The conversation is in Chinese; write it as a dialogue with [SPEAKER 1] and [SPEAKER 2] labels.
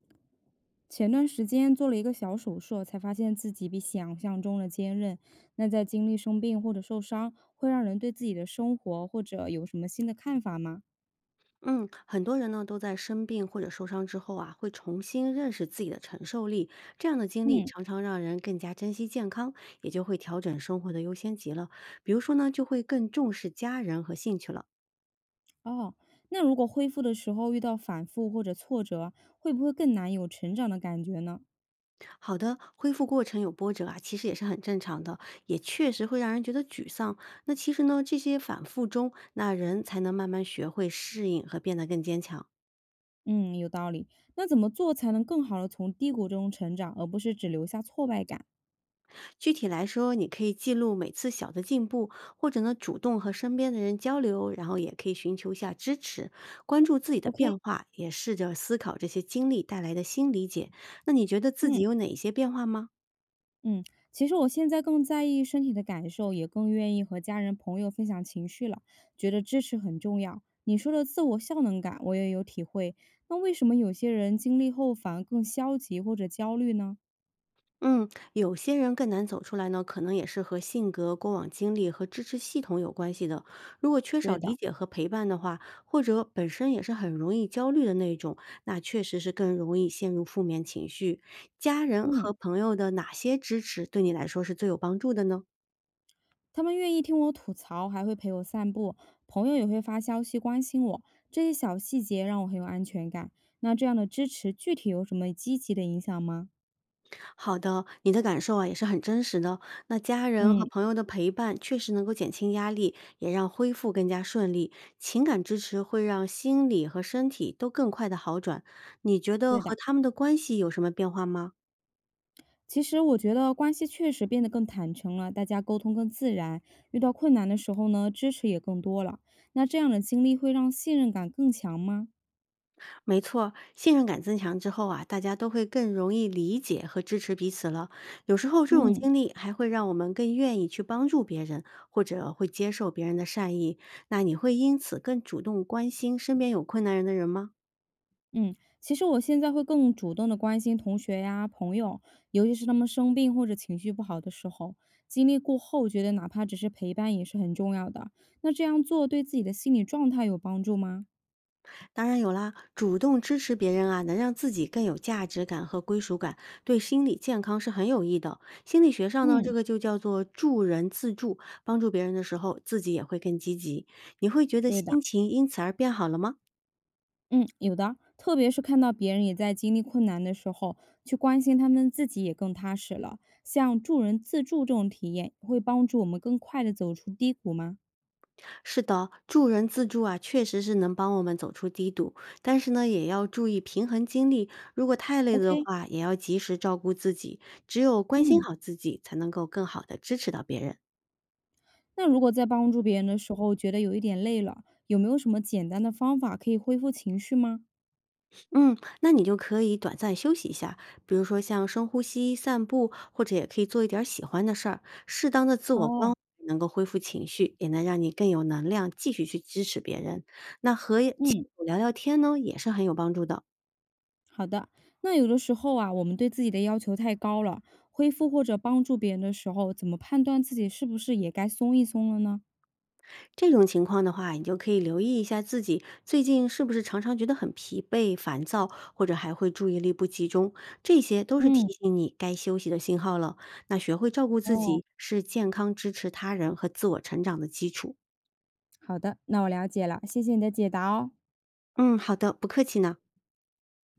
[SPEAKER 1] 前段时间做了一个小手术，才发现自己比想象中的坚韧。那在经历生病或者受伤，会让人对自己的生活或者有什么新的看法吗？
[SPEAKER 2] 嗯，很多人呢都在生病或者受伤之后啊，会重新认识自己的承受力。这样的经历
[SPEAKER 1] 嗯，
[SPEAKER 2] 常常让人更加珍惜健康，也就会调整生活的优先级了。比如说呢，就会更重视家人和兴趣了。
[SPEAKER 1] 哦，那如果恢复的时候遇到反复或者挫折，会不会更难有成长的感觉呢？
[SPEAKER 2] 好的，恢复过程有波折啊，其实也是很正常的，也确实会让人觉得沮丧。那其实呢，这些反复中，那人才能慢慢学会适应和变得更坚强。
[SPEAKER 1] 嗯，有道理。那怎么做才能更好的从低谷中成长，而不是只留下挫败感
[SPEAKER 2] 具体来说，你可以记录每次小的进步，或者呢主动和身边的人交流，然后也可以寻求一下支持，关注自己的
[SPEAKER 1] ？OK，
[SPEAKER 2] 变化，也试着思考这些经历带来的新理解。那你觉得自己
[SPEAKER 1] 嗯。
[SPEAKER 2] 有哪些变化吗？
[SPEAKER 1] 嗯，其实我现在更在意身体的感受，也更愿意和家人朋友分享情绪了，觉得支持很重要。你说的自我效能感，我也有体会。那为什么有些人经历后反而更消极或者焦虑呢？
[SPEAKER 2] 嗯，有些人更难走出来呢，可能也是和性格、过往经历和支持系统有关系的。如果缺
[SPEAKER 1] 对
[SPEAKER 2] 少
[SPEAKER 1] 的，
[SPEAKER 2] 理解和陪伴的话，或者本身也是很容易焦虑的那种，那确实是更容易陷入负面情绪。家人
[SPEAKER 1] 嗯，
[SPEAKER 2] 和朋友的哪些支持对你来说是最有帮助的呢？
[SPEAKER 1] 他们愿意听我吐槽，还会陪我散步，朋友也会发消息关心我，这些小细节让我很有安全感。那这样的支持具体有什么积极的影响吗？
[SPEAKER 2] 好的，你的感受啊也是很真实的。那家人和
[SPEAKER 1] 嗯，
[SPEAKER 2] 朋友的陪伴确实能够减轻压力，也让恢复更加顺利。情感支持会让心理和身体都更快的好转。你觉得
[SPEAKER 1] 对的。
[SPEAKER 2] 和他们的关系有什么变化吗？
[SPEAKER 1] 其实我觉得关系确实变得更坦诚了，大家沟通更自然，遇到困难的时候呢，支持也更多了。那这样的经历会让信任感更强吗？
[SPEAKER 2] 没错儿，信任感增强之后啊，大家都会更容易理解和支持彼此了。有时候这种
[SPEAKER 1] 嗯
[SPEAKER 2] 经历还会让我们更愿意去帮助别人，或者会接受别人的善意。那你会因此更主动关心身边有困难人的人吗？
[SPEAKER 1] 嗯，其实我现在会更主动的关心同学呀、朋友，尤其是他们生病或者情绪不好的时候，经历过后，觉得哪怕只是陪伴也是很重要的。那这样做对自己的心理状态有帮助吗？
[SPEAKER 2] 当然有啦，主动支持别人啊，能让自己更有价值感和归属感，对心理健康是很有益的。心理学上呢，这
[SPEAKER 1] 嗯，
[SPEAKER 2] 个就叫做助人自助，帮助别人的时候，自己也会更积极。你会觉得
[SPEAKER 1] 对的。
[SPEAKER 2] 心情因此而变好了吗？
[SPEAKER 1] 嗯，有的，特别是看到别人也在经历困难的时候，去关心他们，自己也更踏实了。像助人自助这种体验，会帮助我们更快地走出低谷吗
[SPEAKER 2] 是的，助人自助啊，确实是能帮我们走出低谷，但是呢，也要注意平衡精力。如果太累了的
[SPEAKER 1] ？OK，
[SPEAKER 2] 话，也要及时照顾自己。只有关心
[SPEAKER 1] 嗯，
[SPEAKER 2] 好自己，才能够更好的支持到别人。
[SPEAKER 1] 那如果在帮助别人的时候觉得有一点累了，有没有什么简单的方法可以恢复情绪吗？
[SPEAKER 2] 嗯，那你就可以短暂休息一下，比如说像深呼吸、散步，或者也可以做一点儿喜欢的事儿。适当的自我关
[SPEAKER 1] 哦，
[SPEAKER 2] 怀能够恢复情绪，也能让你更有能量继续去支持别人。那和亲
[SPEAKER 1] 嗯，
[SPEAKER 2] 友聊聊天呢，也是很有帮助的。
[SPEAKER 1] 好的。那有的时候啊，我们对自己的要求太高了，恢复或者帮助别人的时候，怎么判断自己是不是也该松一松了呢？
[SPEAKER 2] 这种情况的话，你就可以留意一下自己最近是不是常常觉得很疲惫、烦躁，或者还会注意力不集中，这些都是
[SPEAKER 1] 嗯，
[SPEAKER 2] 提醒你该休息的信号了。那学会照顾自
[SPEAKER 1] 哦。
[SPEAKER 2] 己，是健康支持他人和自我成长的基础。
[SPEAKER 1] 好的，那我了解了，谢谢你的解答哦。
[SPEAKER 2] 嗯，好的，不客气呢。